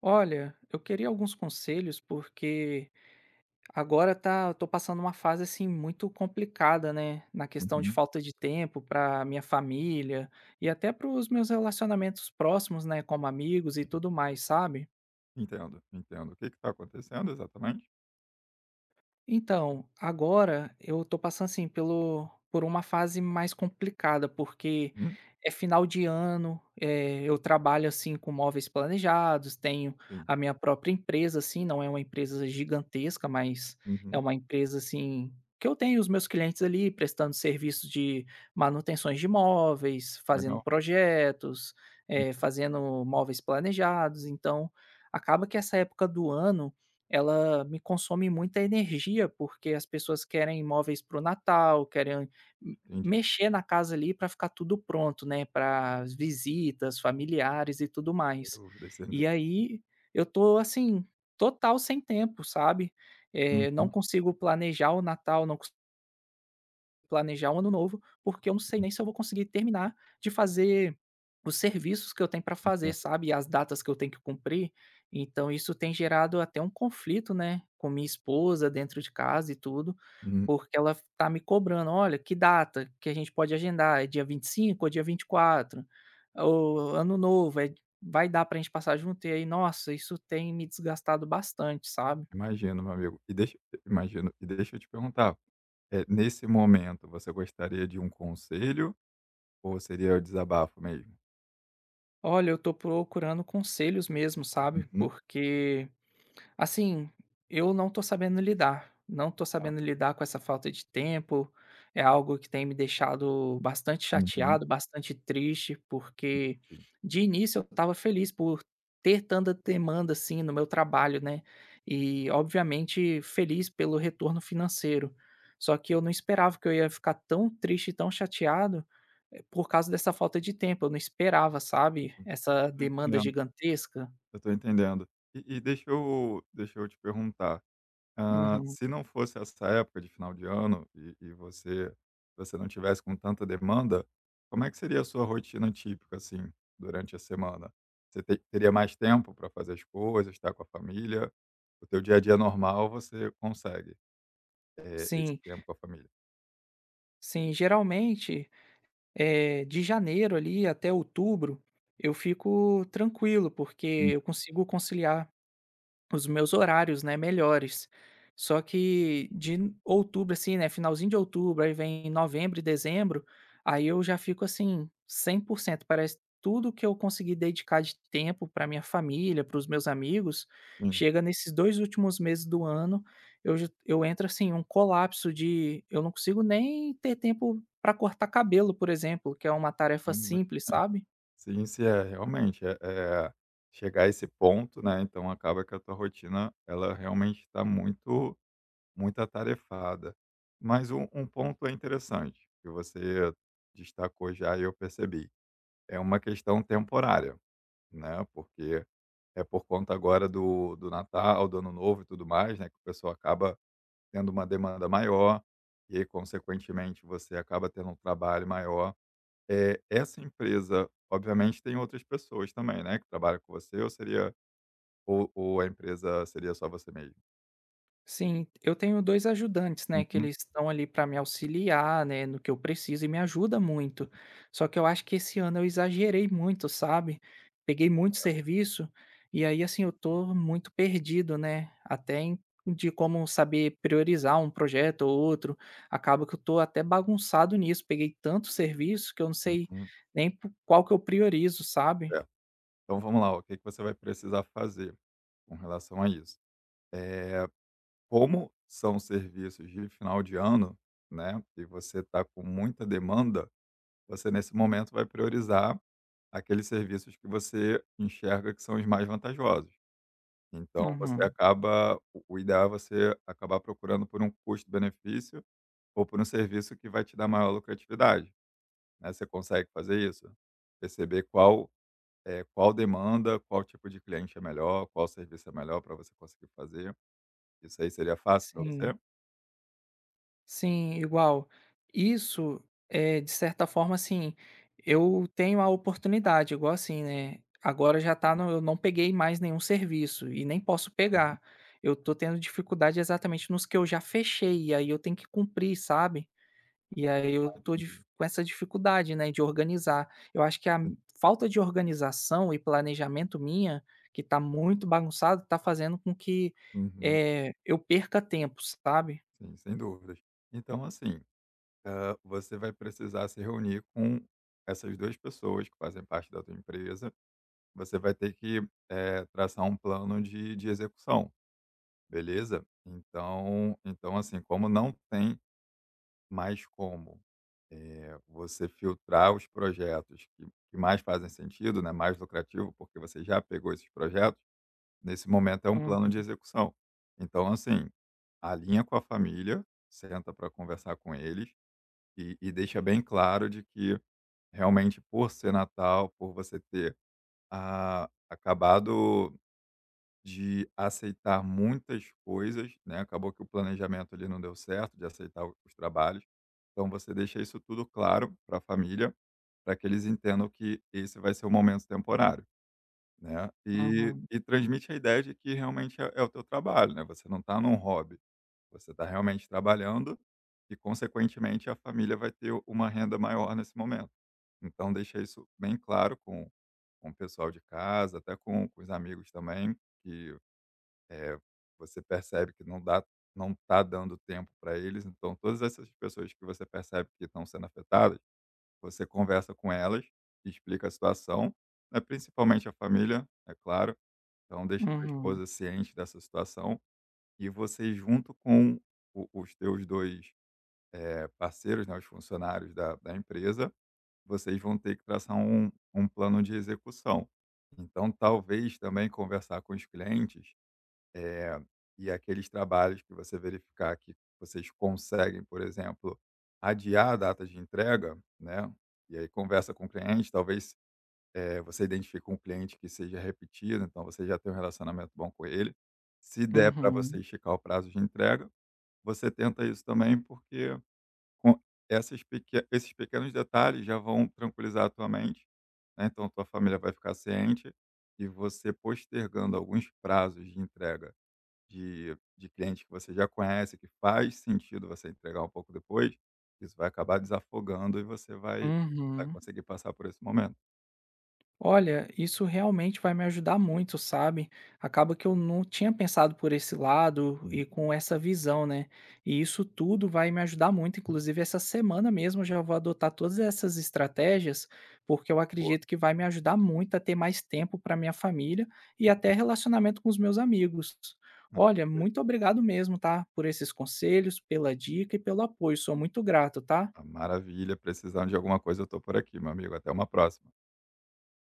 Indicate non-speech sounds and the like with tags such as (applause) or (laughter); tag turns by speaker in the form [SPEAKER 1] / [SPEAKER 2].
[SPEAKER 1] Olha, eu queria alguns conselhos porque eu tô passando uma fase assim muito complicada, né? Na questão de
[SPEAKER 2] Uhum,
[SPEAKER 1] falta de tempo para minha família e até para os meus relacionamentos próximos, né? Como amigos e
[SPEAKER 2] sim.
[SPEAKER 1] tudo mais, sabe?
[SPEAKER 2] Entendo, entendo. O que está acontecendo exatamente?
[SPEAKER 1] Então, agora eu tô passando, assim, pelo por uma fase mais complicada, porque
[SPEAKER 2] Hum,
[SPEAKER 1] é final de ano, eu trabalho, assim, com móveis planejados, tenho
[SPEAKER 2] sim.
[SPEAKER 1] a minha própria empresa, assim, não é uma empresa gigantesca, mas é
[SPEAKER 2] Uhum,
[SPEAKER 1] uma empresa, assim, que eu tenho os meus clientes ali prestando serviço de manutenções de móveis, fazendo
[SPEAKER 2] legal.
[SPEAKER 1] projetos,
[SPEAKER 2] Hum,
[SPEAKER 1] fazendo móveis planejados, então acaba que essa época do ano ela me consome muita energia, porque as pessoas querem móveis para o Natal, querem m
[SPEAKER 2] entendi.
[SPEAKER 1] mexer na casa ali para ficar tudo pronto, né, para as visitas, familiares e tudo
[SPEAKER 2] Sem
[SPEAKER 1] mais.
[SPEAKER 2] dúvidas, sem dú
[SPEAKER 1] E aí eu tô, assim, total sem tempo, sabe. Não
[SPEAKER 2] uhum,
[SPEAKER 1] consigo planejar o Natal, não planejar um ano novo, porque eu não sei
[SPEAKER 2] hum,
[SPEAKER 1] nem se eu vou conseguir terminar de fazer os serviços que eu tenho para fazer,
[SPEAKER 2] entendo.
[SPEAKER 1] sabe, e as datas que eu tenho que cumprir. Então isso tem gerado até um conflito, né, com minha esposa dentro de casa e tudo,
[SPEAKER 2] Hum,
[SPEAKER 1] porque ela tá me cobrando: "Olha, que data que a gente pode agendar? É dia 25 ou dia 24? Ou ano novo, é? Vai dar pra gente passar junto?" E aí, nossa, isso tem me desgastado bastante, sabe.
[SPEAKER 2] imagino, meu amigo. E deixa Imagino. E deixa eu te perguntar, é nesse momento, você gostaria de um conselho ou seria o desabafo mesmo?
[SPEAKER 1] Olha, eu tô procurando conselhos mesmo, sabe,
[SPEAKER 2] Uhum,
[SPEAKER 1] porque assim, eu não tô
[SPEAKER 2] tá.
[SPEAKER 1] sabendo lidar com essa falta de tempo, é algo que tem me deixado bastante
[SPEAKER 2] Uhum,
[SPEAKER 1] chateado, bastante triste, porque
[SPEAKER 2] entendi.
[SPEAKER 1] de início eu estava feliz por ter tanta demanda assim no meu trabalho, né? E obviamente feliz pelo retorno financeiro. Só que eu não esperava que eu ia ficar tão triste, e tão chateado por causa dessa falta de tempo. Eu não esperava, sabe?
[SPEAKER 2] Uhum.
[SPEAKER 1] Essa
[SPEAKER 2] Tô
[SPEAKER 1] demanda
[SPEAKER 2] entendendo,
[SPEAKER 1] gigantesca.
[SPEAKER 2] eu tô entendendo. E deixa eu te perguntar, ah,
[SPEAKER 1] Uhum.
[SPEAKER 2] se não fosse essa época de final de ano e você não tivesse com tanta demanda, como é que seria a sua rotina típica, assim, durante a semana? Você te teria mais tempo para fazer as coisas, estar com a família? O teu dia a dia normal você consegue, esse
[SPEAKER 1] Sim.
[SPEAKER 2] tempo com a família?
[SPEAKER 1] Sim, geralmente, de janeiro ali até outubro, eu fico tranquilo, porque
[SPEAKER 2] Hum,
[SPEAKER 1] eu consigo conciliar os meus horários, né, melhores. Só que de outubro, assim, né, finalzinho de outubro, aí vem novembro e dezembro, aí eu já fico assim, 100%. Parece tudo que eu consegui dedicar de tempo para minha família, para os meus amigos,
[SPEAKER 2] Sim,
[SPEAKER 1] chega nesses 2 últimos meses do ano, eu entro assim, um colapso de eu não consigo nem ter tempo para cortar cabelo, por exemplo, que é uma tarefa
[SPEAKER 2] realmen
[SPEAKER 1] simples,
[SPEAKER 2] (laughs)
[SPEAKER 1] sabe?
[SPEAKER 2] sim, sim, é, realmente, é chegar a esse ponto, né, então acaba que a tua rotina, ela realmente está muito muito atarefada. Mas um ponto é interessante, que você destacou já e eu percebi. É uma questão temporária, né, porque é por conta agora do Natal, do Ano Novo e tudo mais, né, que o pessoal acaba tendo uma demanda maior, e aí consequentemente você acaba tendo um trabalho maior. É, essa empresa, obviamente tem outras pessoas também, né, que trabalham com você, ou seria, ou a empresa seria só você mesmo?
[SPEAKER 1] Sim, eu tenho 2 ajudantes, né, que
[SPEAKER 2] Uhum,
[SPEAKER 1] eles estão ali para me auxiliar, né, no que eu preciso e me ajuda muito. Só que eu acho que esse ano eu exagerei muito, sabe. Peguei muito serviço, e aí, assim, eu tô muito perdido, né, até de como saber priorizar um projeto ou outro. Acaba que eu tô até bagunçado nisso, peguei tanto serviço que eu não sei
[SPEAKER 2] uhum.
[SPEAKER 1] nem po qual que eu priorizo, sabe.
[SPEAKER 2] É. Então vamos lá, o que que você vai precisar fazer com relação a isso? Eh, Como são serviços de final de ano, né, e você está com muita demanda, você nesse momento vai priorizar aqueles serviços que você enxerga que são os mais vantajosos. Então você
[SPEAKER 1] Uhum,
[SPEAKER 2] acaba o ideal é você acabar procurando por um custo-benefício ou por um serviço que vai te dar maior lucratividade, né. Você consegue fazer isso? Perceber qual, qual demanda, qual tipo de cliente é melhor, qual serviço é melhor para você conseguir fazer. Isso aí seria fácil para
[SPEAKER 1] sim.
[SPEAKER 2] você?
[SPEAKER 1] Sim, igual. Isso é de certa forma, assim, eu tenho a oportunidade, igual assim, né, agora já tá no eu não peguei mais nenhum serviço e nem posso
[SPEAKER 2] Uhum.
[SPEAKER 1] pegar. Eu tô tendo dificuldade exatamente nos que eu já fechei, e aí eu tenho que cumprir, sabe. E aí eu
[SPEAKER 2] Ah,
[SPEAKER 1] tô dif
[SPEAKER 2] entendi.
[SPEAKER 1] com essa dificuldade, né, de organizar. Eu acho que a
[SPEAKER 2] Sim.
[SPEAKER 1] falta de organização e planejamento minha, que tá muito bagunçado, tá fazendo com que,
[SPEAKER 2] Uhum.
[SPEAKER 1] eu perca tempo, sabe.
[SPEAKER 2] Sim, sem dúvidas. Então, assim, você vai precisar se reunir com essas 2 pessoas que fazem parte da tua empresa. Você vai ter que, traçar um plano de execução, beleza? Então, assim, como não tem. Mas como? Você filtrar os projetos que mais fazem sentido, né, mais lucrativo, porque você já pegou esses projetos, nesse momento é um plano
[SPEAKER 1] Uhum,
[SPEAKER 2] de execução. Então, assim, alinha com a família, senta para conversar com eles e deixa bem claro de que realmente por ser Natal, por você ter, acabado de aceitar muitas coisas, né, acabou que o planejamento ali não deu certo, de aceitar o os trabalhos. Então você deixa isso tudo claro para a família, para que eles entendam que esse vai ser o momento temporário, né. E
[SPEAKER 1] uhum.
[SPEAKER 2] e transmite a ideia de que realmente é o teu trabalho, né, você não está num hobby, você está realmente trabalhando e consequentemente a família vai ter uma renda maior nesse momento. Então deixa isso bem claro com o pessoal de casa, até com os amigos também, que é, você percebe que não tá dando tempo para eles, então todas essas pessoas que você percebe que estão sendo afetadas, você conversa com elas, explica a situação, né, principalmente a família, é claro. Então deixa a tua
[SPEAKER 1] Uhum,
[SPEAKER 2] esposa ciente dessa situação, e você junto com o os teus dois, parceiros, né, os funcionários da empresa, vocês vão ter que traçar um plano de execução. Então talvez também conversar com os clientes e aqueles trabalhos que você verificar que vocês conseguem, por exemplo, adiar a data de entrega, né, e aí conversa com o cliente, talvez, você identifique um cliente que seja repetido, então você já tem um relacionamento bom com ele. Se der para você
[SPEAKER 1] uhum,
[SPEAKER 2] esticar o prazo de entrega, você tenta isso também, porque com essas peque esses pequenos detalhes já vão tranquilizar a tua mente, né, então tua família vai ficar ciente, e você postergando alguns prazos de entrega de cliente que você já conhece, que faz sentido você entregar um pouco depois, isso vai acabar desafogando e você vai
[SPEAKER 1] uhum.
[SPEAKER 2] conseguir passar por esse momento.
[SPEAKER 1] Olha, isso realmente vai me ajudar muito, sabe? Acaba que eu não tinha pensado por esse lado e
[SPEAKER 2] Uhum.
[SPEAKER 1] com essa visão, né? E isso tudo vai me ajudar muito. Inclusive, essa semana mesmo eu já vou adotar todas essas estratégias, porque eu
[SPEAKER 2] Pô,
[SPEAKER 1] acredito que vai me ajudar muito a ter mais tempo para minha família e até relacionamento com os meus amigos.
[SPEAKER 2] ma
[SPEAKER 1] Olha, muito obrigado mesmo, tá? Por esses conselhos, pela dica e pelo apoio. Sou muito grato, tá?
[SPEAKER 2] maravilha, precisando de alguma coisa eu estou por aqui, meu amigo, até uma próxima.